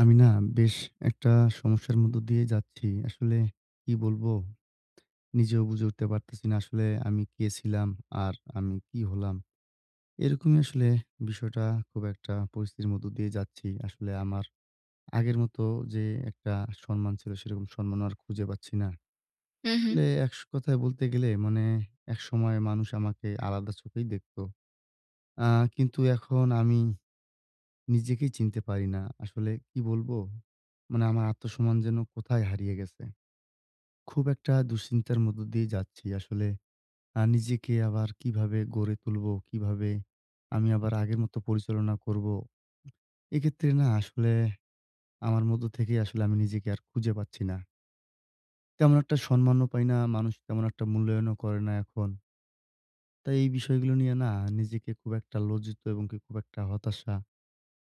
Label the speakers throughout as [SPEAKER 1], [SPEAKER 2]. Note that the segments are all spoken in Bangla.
[SPEAKER 1] আমি না বেশ একটা সমস্যার মধ্য দিয়ে যাচ্ছি। আসলে কি বলবো? নিজেও বুঝে উঠতে পারতেছি না আসলে আমি কে ছিলাম? আর আমি কি হলাম? এরকমই আসলে বিষয়টা খুব একটা পরিস্থিতির মধ্য দিয়ে যাচ্ছি। আসলে আমার আগের মতো যে একটা সম্মান ছিল সেরকম সম্মানও আর খুঁজে পাচ্ছি না।
[SPEAKER 2] হুম, হুম।
[SPEAKER 1] আসলে এক কথায় বলতে গেলে মানে একসময় মানুষ আমাকে আলাদা চোখেই দেখত। আ কিন্তু এখন আমি নিজেকেই চিনতে পারি না। আসলে কি বলবো? মানে আমার আত্মসম্মান যেন কোথায় হারিয়ে গেছে। খুব একটা দুশ্চিন্তার মধ্য দিয়ে যাচ্ছি। আসলে নিজেকে আবার কিভাবে গড়ে তুলবো? কিভাবে আমি আবার আগের মতো পরিচালনা করব? এক্ষেত্রে না আসলে আমার মধ্য থেকেই আসলে আমি নিজেকে আর খুঁজে পাচ্ছি না। তেমন একটা সম্মানও পাই না, মানুষ তেমন একটা মূল্যায়নও করে না এখন। তাই এই বিষয়গুলো নিয়ে না নিজেকে খুব একটা লজ্জিত এবং কি খুব একটা হতাশা,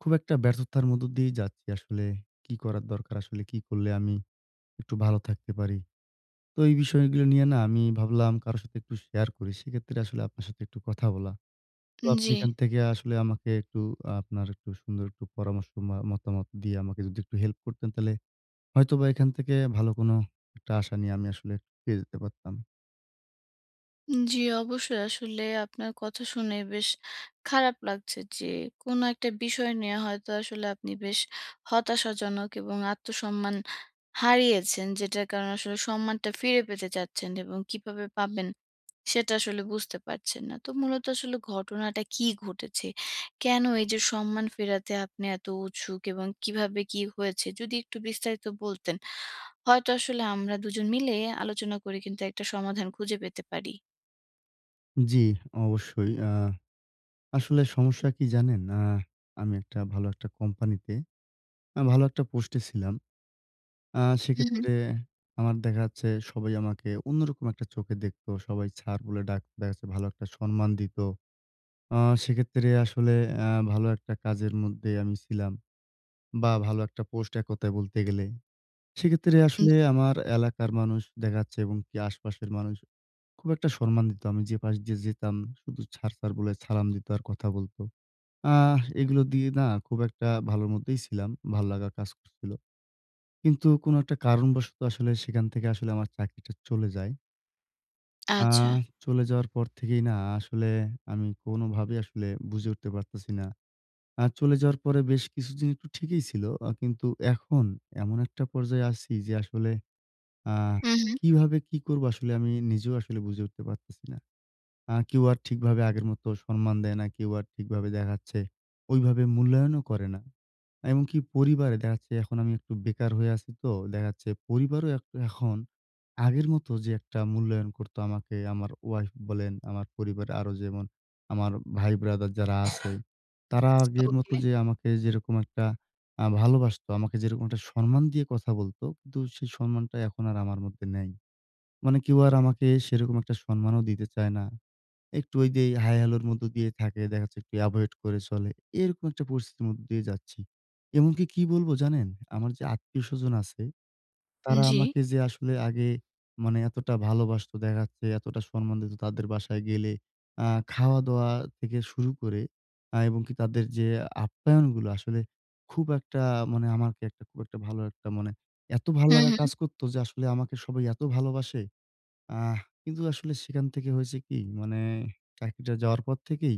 [SPEAKER 1] খুব একটা ব্যর্থতার মধ্য দিয়েই যাচ্ছি। আসলে কি করার দরকার? আসলে কি করলে আমি একটু ভালো থাকতে পারি? তো এই বিষয়গুলো নিয়ে না আমি ভাবলাম কারো সাথে একটু শেয়ার করি। সেক্ষেত্রে আসলে আপনার সাথে একটু কথা বলা। তো আপনি
[SPEAKER 2] জি।
[SPEAKER 1] এখান থেকে আসলে আমাকে একটু আপনার একটু সুন্দর একটু পরামর্শ মতামত দিয়ে আমাকে যদি একটু হেল্প করতেন তাহলে হয়তোবা এখান থেকে ভালো কোনো একটা আশা নিয়ে আমি আসলে পেয়ে যেতে পারতাম।
[SPEAKER 2] জি, অবশ্যই। আসলে আপনার কথা শুনে বেশ খারাপ লাগছে যে, কোনো একটা বিষয় নিয়ে হয়তো আসলে আপনি বেশ হতাশাজনক এবং আত্মসম্মান হারিয়েছেন। যেটার কারণে আসলে সম্মানটা ফিরে পেতে চাচ্ছেন এবং কিভাবে পাবেন সেটা আসলে বুঝতে পারছেন না। তো মূলত আসলে ঘটনাটা কি ঘটেছে? কেন এই যে সম্মান ফেরাতে আপনি এত উৎসুক এবং কিভাবে কি হয়েছে? যদি একটু বিস্তারিত বলতেন, হয়তো আসলে আমরা দুজন মিলে আলোচনা করে কিন্তু একটা সমাধান খুঁজে পেতে পারি।
[SPEAKER 1] জি, অবশ্যই। আসলে সমস্যা কি জানেন? আমি একটা ভালো একটা কোম্পানিতে ভালো একটা পোস্টে ছিলাম।
[SPEAKER 2] হুম, হুম।
[SPEAKER 1] সেক্ষেত্রে আমার দেখা যাচ্ছে সবাই আমাকে অন্যরকম একটা চোখে দেখত। সবাই স্যার বলে ডাকতো। দেখা যাচ্ছে ভালো একটা সম্মান দিত। আ সেক্ষেত্রে আসলে ভালো একটা কাজের মধ্যে আমি ছিলাম বা ভালো একটা পোস্ট এক কথায় বলতে গেলে। সেক্ষেত্রে
[SPEAKER 2] জি,
[SPEAKER 1] আসলে আমার এলাকার মানুষ দেখা যাচ্ছে এবং কি আশপাশের মানুষ খুব একটা সম্মান দিত। আমি যে পাশ দিয়ে যেতাম শুধু স্যার, স্যার বলে সালাম দিত আর কথা বলত। এগুলো দিয়ে না খুব একটা ভালোর মধ্যেই ছিলাম। ভালো লাগা কাজ করছিল। কিন্তু কোনো একটা কারণবশত আসলে সেখান থেকে আসলে আমার চাকরিটা চলে যায়। আ
[SPEAKER 2] আচ্ছা।
[SPEAKER 1] চলে যাওয়ার পর থেকেই না আসলে আমি কোনোভাবেই আসলে বুঝে উঠতে পারতেছি না। চলে যাওয়ার পরে বেশ কিছুদিন একটু ঠিকই ছিল। কিন্তু এখন এমন একটা পর্যায়ে আছি যে আসলে আ
[SPEAKER 2] হুম, হুম।
[SPEAKER 1] কিভাবে কি করব আসলে আমি নিজেও আসলে বুঝে উঠতে পারতেছি না। কেউ আর ঠিকভাবে আগের মতো সম্মান দেয় না। কেউ আর ঠিকভাবে দেখা যাচ্ছে ওইভাবে মূল্যায়নও করে না। এমনকি পরিবারে দেখা যাচ্ছে এখন আমি একটু বেকার হয়ে আছি তো, দেখা যাচ্ছে পরিবারও এখন আগের মতো যে একটা মূল্যায়ন করতো আমাকে, আমার ওয়াইফ বলেন, আমার পরিবারে আরো যেমন আমার ভাই ব্রাদার যারা আছে, তারা আগের মতো
[SPEAKER 2] হ্যাঁ।
[SPEAKER 1] যে আমাকে যেরকম একটা ভালোবাসতো, আমাকে যেরকম একটা সম্মান দিয়ে কথা বলতো, কিন্তু সেই সম্মানটা এখন আর আমার মধ্যে নেই। মানে কেউ আর আমাকে সেরকম একটা সম্মানও দিতে চায় না। একটু ওই যে হাই হ্যালোর মধ্য দিয়ে থাকে। দেখা যাচ্ছে একটু এভয়েড করে চলে। এরকম একটা পরিস্থিতির মধ্য দিয়ে যাচ্ছি। এমনকি কি বলবো জানেন? আমার যে আত্মীয়স্বজন আছে, তারা
[SPEAKER 2] জি।
[SPEAKER 1] আমাকে যে আসলে আগে মানে এতটা ভালোবাসত দেখা যাচ্ছে, এতটা সম্মান দিত তাদের বাসায় গেলে আ খাওয়া-দাওয়া থেকে শুরু করে এবং কি তাদের যে আপ্যায়নগুলো আসলে খুব একটা মানে আমাকে একটা খুব একটা ভালো একটা মানে এত ভাল
[SPEAKER 2] হুম,
[SPEAKER 1] লাগা
[SPEAKER 2] হুম।
[SPEAKER 1] কাজ করত যে আসলে আমাকে সবাই এত ভালোবাসে। আহ কিন্তু আসলে সেখান থেকে হয়েছে কি মানে চাকরিটা যাওয়ার পর থেকেই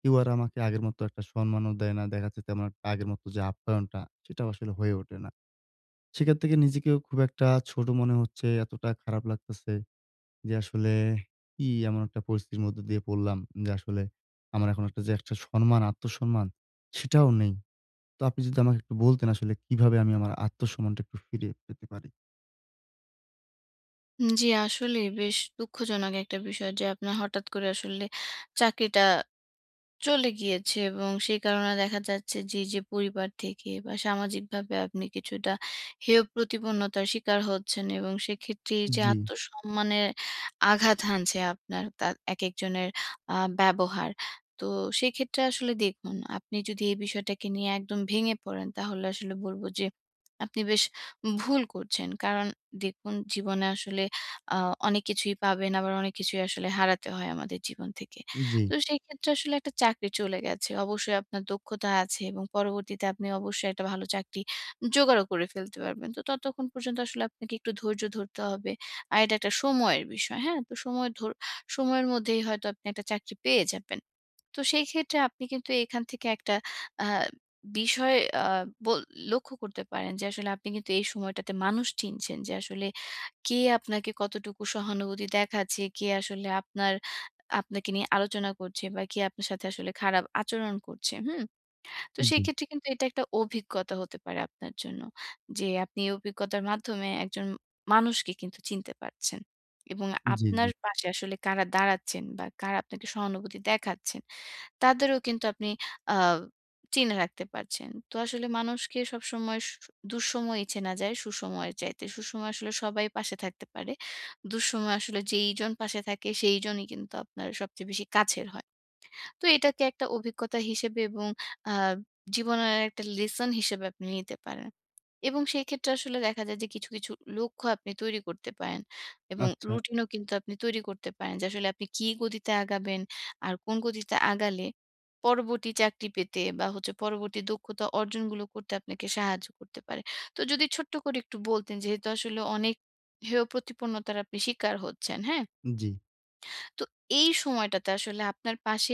[SPEAKER 1] কেউ আর আমাকে আগের মতো একটা সম্মানও দেয় না। দেখা যাচ্ছে তেমন একটা আগের মতো যে আপ্যায়নটা সেটাও আসলে হয়ে ওঠে না। সেখান থেকে নিজেকেও খুব একটা ছোট মনে হচ্ছে, এতটা খারাপ লাগতেছে যে আসলে কি এমন একটা পরিস্থিতির মধ্যে দিয়ে পড়লাম যে আসলে আমার এখন একটা যে একটা সম্মান, আত্মসম্মান সেটাও নেই। তো আপনি যদি আমাকে একটু বলতেন আসলে কিভাবে আমি আমার আত্মসম্মানটা একটু ফিরে পেতে পারি?
[SPEAKER 2] জি আসলেই বেশ দুঃখজনক একটা বিষয় যে আপনার হঠাৎ করে আসলে চাকরিটা চলে গিয়েছে এবং সেই কারণে দেখা যাচ্ছে যে, এই যে পরিবার থেকে বা সামাজিকভাবে আপনি কিছুটা হেয় প্রতিপন্নতার শিকার হচ্ছেন এবং সেক্ষেত্রে এই যে
[SPEAKER 1] জি,
[SPEAKER 2] আত্মসম্মানে আঘাত হানছে আপনার তা একেকজনের ব্যবহার। তো সেক্ষেত্রে আসলে দেখুন, আপনি যদি এই বিষয়টাকে নিয়ে একদম ভেঙে পড়েন তাহলে আসলে বলব যে, আপনি বেশ ভুল করছেন। কারণ দেখুন জীবনে আসলে আ অনেক কিছুই পাবেন আবার অনেক কিছুই আসলে হারাতে হয় আমাদের জীবন থেকে।
[SPEAKER 1] জি,
[SPEAKER 2] তো সেক্ষেত্রে আসলে একটা চাকরি চলে গেছে। অবশ্যই আপনার দক্ষতা আছে এবং পরবর্তীতে আপনি অবশ্যই একটা ভালো চাকরি জোগাড়ও করে ফেলতে পারবেন। তো ততক্ষণ পর্যন্ত আসলে আপনাকে একটু ধৈর্য ধরতে হবে। আর এটা একটা সময়ের বিষয়। হ্যাঁ? তো সময়ের মধ্যেই হয়তো আপনি একটা চাকরি পেয়ে যাবেন। তো সেই ক্ষেত্রে আপনি কিন্তু এখান থেকে একটা আ বিষয় আ বল লক্ষ্য করতে পারেন যে আসলে আপনি কিন্তু এই সময়টাতে মানুষ চিনছেন যে আসলে কে আপনাকে কতটুকু সহানুভূতি দেখাচ্ছে, কে আসলে আপনাকে নিয়ে আলোচনা করছে বা কে আপনার সাথে আসলে খারাপ আচরণ করছে, হুম? তো সেই
[SPEAKER 1] জি,
[SPEAKER 2] ক্ষেত্রে কিন্তু এটা একটা অভিজ্ঞতা হতে পারে আপনার জন্য। যে আপনি এই অভিজ্ঞতার মাধ্যমে একজন মানুষকে কিন্তু চিনতে পারছেন এবং
[SPEAKER 1] জি,
[SPEAKER 2] আপনার
[SPEAKER 1] জি।
[SPEAKER 2] পাশে আসলে কারা দাঁড়াচ্ছেন বা কারা আপনাকে সহানুভূতি দেখাচ্ছেন। তাদেরও কিন্তু আপনি আ চিনে রাখতে পারছেন। তো আসলে মানুষকে সবসময় দুঃসময় চেনা যায় সুসময়ের চাইতে। সুসময়ে আসলে সবাই পাশে থাকতে পারে। দুঃসময়ে আসলে যেইজন পাশে থাকে সেইজনই কিন্তু আপনার সবচেয়ে বেশি কাছের হয়। তো এটাকে একটা অভিজ্ঞতা হিসেবে এবং আ জীবনের একটা লেসন হিসেবে আপনি নিতে পারেন। এবং সেই ক্ষেত্রে আসলে দেখা যায় যে কিছু, কিছু লক্ষ্য আপনি তৈরি করতে পারেন এবং
[SPEAKER 1] আচ্ছা,
[SPEAKER 2] রুটিনও কিন্তু আপনি তৈরি করতে পারেন যে আসলে আপনি কি গতিতে আগাবেন, আর কোন গতিতে আগালে পরবর্তী চাকরি পেতে বা হচ্ছে পরবর্তী দক্ষতা অর্জনগুলো করতে আপনাকে সাহায্য করতে পারে। তো যদি ছোট্ট করে একটু বলতেন যেহেতু আসলে অনেক হেয় প্রতিপন্নতার আপনি শিকার হচ্ছেন, হ্যাঁ?
[SPEAKER 1] জি।
[SPEAKER 2] তো এই সময়টাতে আসলে আপনার পাশে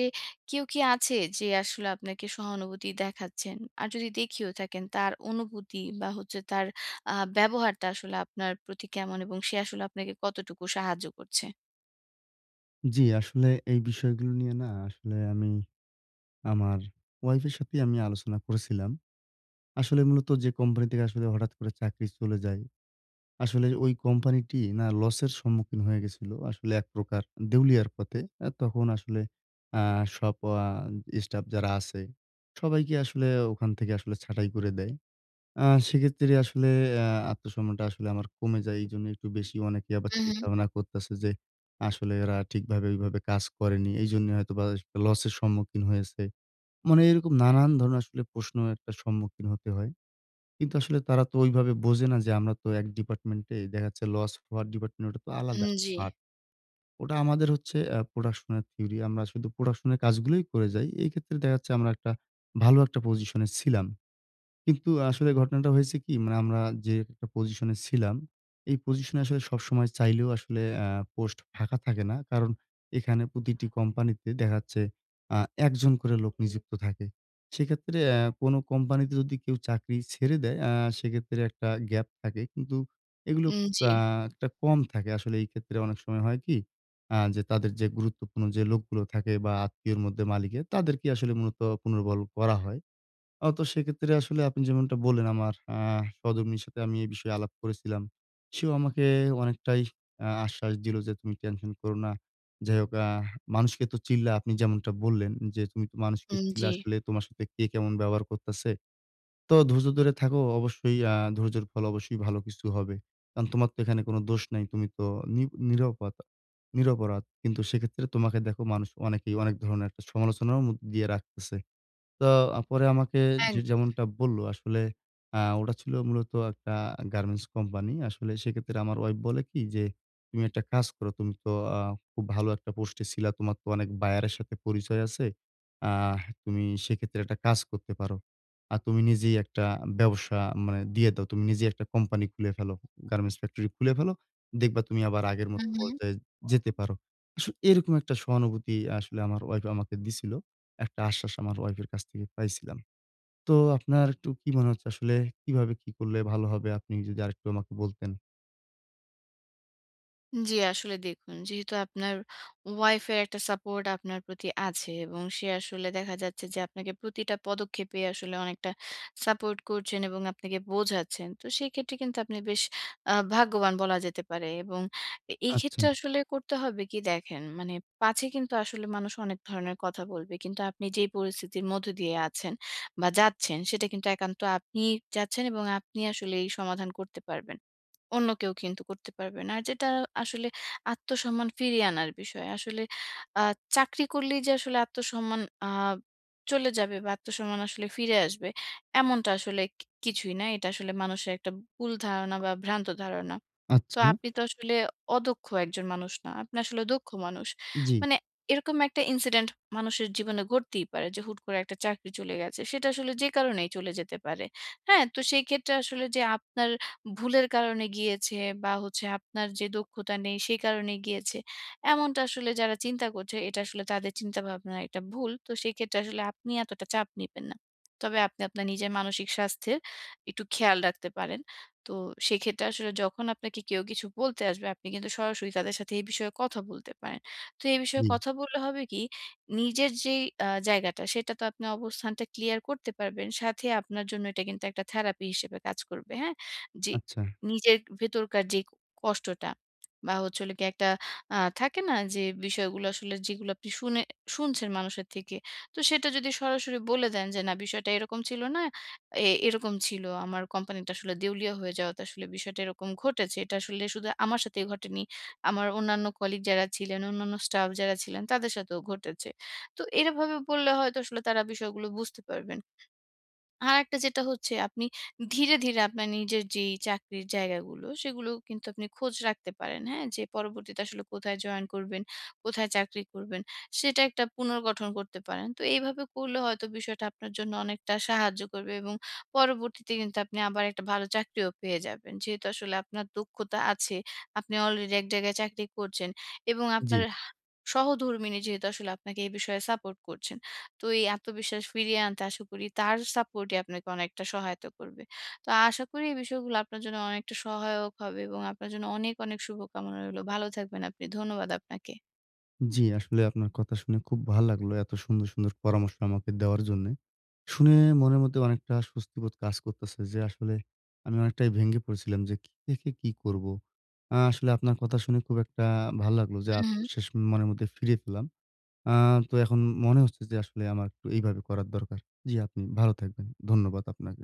[SPEAKER 2] কেউ কি আছে যে আসলে আপনাকে সহানুভূতি দেখাচ্ছেন? আর যদি দেখিয়েও থাকেন তার অনুভূতি বা হচ্ছে তার ব্যবহারটা আসলে আপনার প্রতি কেমন এবং সে আসলে আপনাকে কতটুকু সাহায্য করছে?
[SPEAKER 1] জি, আসলে এই বিষয়গুলো নিয়ে না আসলে আমার ওয়াইফের সাথেই আমি আলোচনা করেছিলাম। আসলে মূলত যে কোম্পানি থেকে আসলে হঠাৎ করে চাকরি চলে যায়, আসলে ওই কোম্পানিটি না লসের সম্মুখীন হয়ে গেছিল। আসলে এক প্রকার দেউলিয়ার পথে। তখন আসলে আ সব আ স্টাফ যারা আছে সবাইকে আসলে ওখান থেকে আসলে ছাঁটাই করে দেয়। আ সেক্ষেত্রে আসলে আ আত্মসম্মানটা আসলে আমার কমে যায়। এইজন্য একটু বেশি অনেকে আবার
[SPEAKER 2] হুম, হুম।
[SPEAKER 1] চিন্তা-ভাবনা করতেছে যে, আসলে এরা ঠিকভাবে ওইভাবে কাজ করেনি। এইজন্য হয়তোবা একটা লসের সম্মুখীন হয়েছে। মানে এরকম নানান ধরনের আসলে প্রশ্ন একটা সম্মুখীন হতে হয়। কিন্তু আসলে তারা তো ওইভাবে বোঝে না যে, আমরা তো এক ডিপার্টমেন্টে দেখা যাচ্ছে লস হওয়ার ডিপার্টমেন্ট ওটা তো আলাদা
[SPEAKER 2] উম
[SPEAKER 1] একটা
[SPEAKER 2] জি।
[SPEAKER 1] পার্ট। ওটা আমাদের হচ্ছে প্রোডাকশনের থিওরি। আমরা শুধু প্রোডাকশনের কাজগুলোই করে যাই। এই ক্ষেত্রে দেখা যাচ্ছে আমরা একটা ভালো একটা পজিশনে ছিলাম। কিন্তু আসলে ঘটনাটা হয়েছে কি? মানে আমরা যে একটা পজিশনে ছিলাম, এই পজিশনে আসলে সবসময় চাইলেও আসলে পোস্ট ফাঁকা থাকে না। কারণ এখানে প্রতিটি কোম্পানিতে দেখা যাচ্ছে আ ১ জন করে লোক নিযুক্ত থাকে। সেক্ষেত্রে কোনো কোম্পানিতে যদি কেউ চাকরি ছেড়ে দেয়, সেক্ষেত্রে একটা গ্যাপ থাকে। কিন্তু এগুলো
[SPEAKER 2] উম
[SPEAKER 1] খুব
[SPEAKER 2] জি,
[SPEAKER 1] একটা কম থাকে। আসলে এই ক্ষেত্রে অনেক সময় হয় কি? যে তাদের যে গুরুত্বপূর্ণ যে লোকগুলো থাকে বা আত্মীয়র মধ্যে মালিকের, তাদেরকে আসলে মূলত পুনর্বল করা হয়। তো সেক্ষেত্রে আসলে আপনি যেমনটা বললেন আমার সহধর্মিণীর সাথে আমি এই বিষয়ে আলাপ করেছিলাম। সেও আমাকে অনেকটাই আশ্বাস দিল যে, "তুমি টেনশন করো না।" যাই হোক মানুষকে তো চিল্লা আপনি যেমনটা বললেন যে, "তুমি তো মানুষকে
[SPEAKER 2] উম
[SPEAKER 1] চিল্লা
[SPEAKER 2] জি।
[SPEAKER 1] আসলে তোমার সাথে কে কেমন ব্যবহার করতেছে। তো ধৈর্য ধরে থাকো। অবশ্যই ধৈর্যের ফল অবশ্যই ভালো কিছু হবে। কারণ তোমার তো এখানে কোনো দোষ নাই। তুমি তো নি নিরপতা নিরপরাধ। কিন্তু সেক্ষেত্রে তোমাকে দেখো মানুষ অনেকেই অনেক ধরনের একটা সমালোচনার মধ্যে দিয়ে রাখতেছে।" তো পরে আমাকে যে
[SPEAKER 2] একদম।
[SPEAKER 1] যেমনটা বলল আসলে ওটা ছিল মূলত একটা গার্মেন্টস কোম্পানি। আসলে সেক্ষেত্রে আমার ওয়াইফ বলে কি যে, "তুমি একটা কাজ করো। তুমি তো আ খুব ভালো একটা পোস্টে ছিলা। তোমার তো অনেক বায়ারের সাথে পরিচয় আছে। আহ তুমি সেক্ষেত্রে একটা কাজ করতে পারো। আর তুমি নিজেই একটা ব্যবসা মানে দিয়ে দাও। তুমি নিজেই একটা কোম্পানি খুলে ফেলো। গার্মেন্টস ফ্যাক্টরি খুলে ফেলো। দেখবা তুমি আবার আগের মতো
[SPEAKER 2] হুম, হুম।
[SPEAKER 1] পর্যায়ে যেতে পারো।" আসলে এরকম একটা সহানুভূতি আসলে আমার ওয়াইফ আমাকে দিছিল। একটা আশ্বাস আমার ওয়াইফের কাছ থেকে পাইছিলাম। তো আপনার একটু কি মনে হচ্ছে আসলে কিভাবে কি করলে ভালো হবে? আপনি যদি আরেকটু আমাকে বলতেন।
[SPEAKER 2] জি, আসলে দেখুন যেহেতু আপনার ওয়াইফের একটা সাপোর্ট আপনার প্রতি আছে এবং সে আসলে দেখা যাচ্ছে যে আপনাকে প্রতিটা পদক্ষেপে আসলে অনেকটা সাপোর্ট করছেন এবং আপনাকে বোঝাচ্ছেন। তো সেই ক্ষেত্রে কিন্তু আপনি বেশ ভাগ্যবান বলা যেতে পারে এবং এই
[SPEAKER 1] আচ্ছা,
[SPEAKER 2] ক্ষেত্রে আসলে করতে হবে কি দেখেন মানে পাছে কিন্তু আসলে মানুষ অনেক ধরনের কথা বলবে। কিন্তু আপনি যেই পরিস্থিতির মধ্য দিয়ে আছেন বা যাচ্ছেন সেটা কিন্তু একান্ত আপনিই যাচ্ছেন এবং আপনি আসলে এই সমাধান করতে পারবেন। অন্য কেউ কিন্তু করতে পারবে না। আর যেটা আসলে আত্মসম্মান ফিরিয়ে আনার বিষয়। আসলে আ চাকরি করলেই যে আসলে আত্মসম্মান চলে যাবে বা আত্মসম্মান আসলে ফিরে আসবে এমনটা আসলে কি কিছুই না। এটা আসলে মানুষের একটা ভুল ধারণা বা ভ্রান্ত ধারণা। তো
[SPEAKER 1] আচ্ছা।
[SPEAKER 2] আপনি তো আসলে অদক্ষ একজন মানুষ না। আপনি আসলে দক্ষ মানুষ।
[SPEAKER 1] জি,
[SPEAKER 2] মানে এরকম একটা ইনসিডেন্ট মানুষের জীবনে ঘটতেই পারে যে হুট করে একটা চাকরি চলে গেছে। সেটা আসলে যে কারণেই চলে যেতে পারে। হ্যাঁ? তো সেই ক্ষেত্রে আসলে যে আপনার ভুলের কারণে গিয়েছে বা হচ্ছে আপনার যে দক্ষতা নেই সেই কারণে গিয়েছে। এমনটা আসলে যারা চিন্তা করছে এটা আসলে তাদের চিন্তাভাবনার একটা ভুল। তো সেক্ষেত্রে আসলে আপনি এতটা চাপ নিবেন না। তবে আপনি আপনার নিজের মানসিক স্বাস্থ্যের একটু খেয়াল রাখতে পারেন। তো সেক্ষেত্রে আসলে যখন আপনাকে কেউ কিছু বলতে আসবে, আপনি কিন্তু সরাসরি তাদের সাথে এই বিষয়ে কথা বলতে পারেন। তো এই বিষয়ে
[SPEAKER 1] জি।
[SPEAKER 2] কথা বললে হবে কি, নিজের যেই জায়গাটা, সেটা তো আপনি অবস্থানটা ক্লিয়ার করতে পারবেন। সাথে আপনার জন্য এটা কিন্তু একটা থেরাপি হিসেবে কাজ করবে, হ্যাঁ? যে
[SPEAKER 1] আচ্ছা।
[SPEAKER 2] নিজের ভেতরকার যে কষ্টটা বা হচ্ছে হলো গিয়ে একটা থাকে না যে বিষয়গুলো আসলে যেগুলো আপনি শুনছেন মানুষের থেকে, তো সেটা যদি সরাসরি বলে দেন যে, "না, বিষয়টা এরকম ছিল না। এ এরকম ছিল। আমার কোম্পানিটা আসলে দেউলিয়া হয়ে যাওয়াতে আসলে বিষয়টা এরকম ঘটেছে। এটা আসলে শুধু আমার সাথেই ঘটেনি। আমার অন্যান্য কলিগ যারা ছিলেন, অন্যান্য স্টাফ যারা ছিলেন তাদের সাথেও ঘটেছে। তো এভাবে বললে হয়তো আসলে তারা বিষয়গুলো বুঝতে পারবেন। আরেকটা যেটা হচ্ছে আপনি ধীরে, ধীরে আপনার নিজের যেই চাকরির জায়গাগুলো, সেগুলো কিন্তু আপনি খোঁজ রাখতে পারেন, হ্যাঁ? যে পরবর্তীতে আসলে কোথায় জয়েন করবেন, কোথায় চাকরি করবেন, সেটা একটা পুনর্গঠন করতে পারেন। তো এইভাবে করলে হয়তো বিষয়টা আপনার জন্য অনেকটা সাহায্য করবে এবং পরবর্তীতে কিন্তু আপনি আবার একটা ভালো চাকরিও পেয়ে যাবেন। যেহেতু আসলে আপনার দক্ষতা আছে, আপনি অলরেডি এক জায়গায় চাকরি করছেন এবং
[SPEAKER 1] জি,
[SPEAKER 2] আপনার সহধর্মিণী যেহেতু আসলে আপনাকে এই বিষয়ে সাপোর্ট করছেন। তো এই আত্মবিশ্বাস ফিরিয়ে আনতে আশা করি তার সাপোর্টই আপনাকে অনেকটা সহায়তা করবে। তো আশা করি এই বিষয়গুলো আপনার জন্য অনেকটা সহায়ক হবে এবং আপনার জন্য অনেক, অনেক শুভকামনা রইলো। ভালো থাকবেন আপনি। ধন্যবাদ আপনাকে।
[SPEAKER 1] জি। আসলে আপনার কথা শুনে খুব ভাল লাগলো। এত সুন্দর, সুন্দর পরামর্শ আমাকে দেওয়ার জন্যে। শুনে মনের মধ্যে অনেকটা স্বস্তিবোধ কাজ করতেছে যে আসলে আমি অনেকটাই ভেঙে পড়েছিলাম যে কি থেকে কি করব? আসলে আপনার কথা শুনে খুব একটা ভাল লাগলো যে
[SPEAKER 2] হুম।
[SPEAKER 1] আত্মবিশ্বাস মনের মধ্যে ফিরে পেলাম। আ তো এখন মনে হচ্ছে যে আসলে আমার একটু এইভাবে করার দরকার। জি, আপনি ভালো থাকবেন। ধন্যবাদ আপনাকে।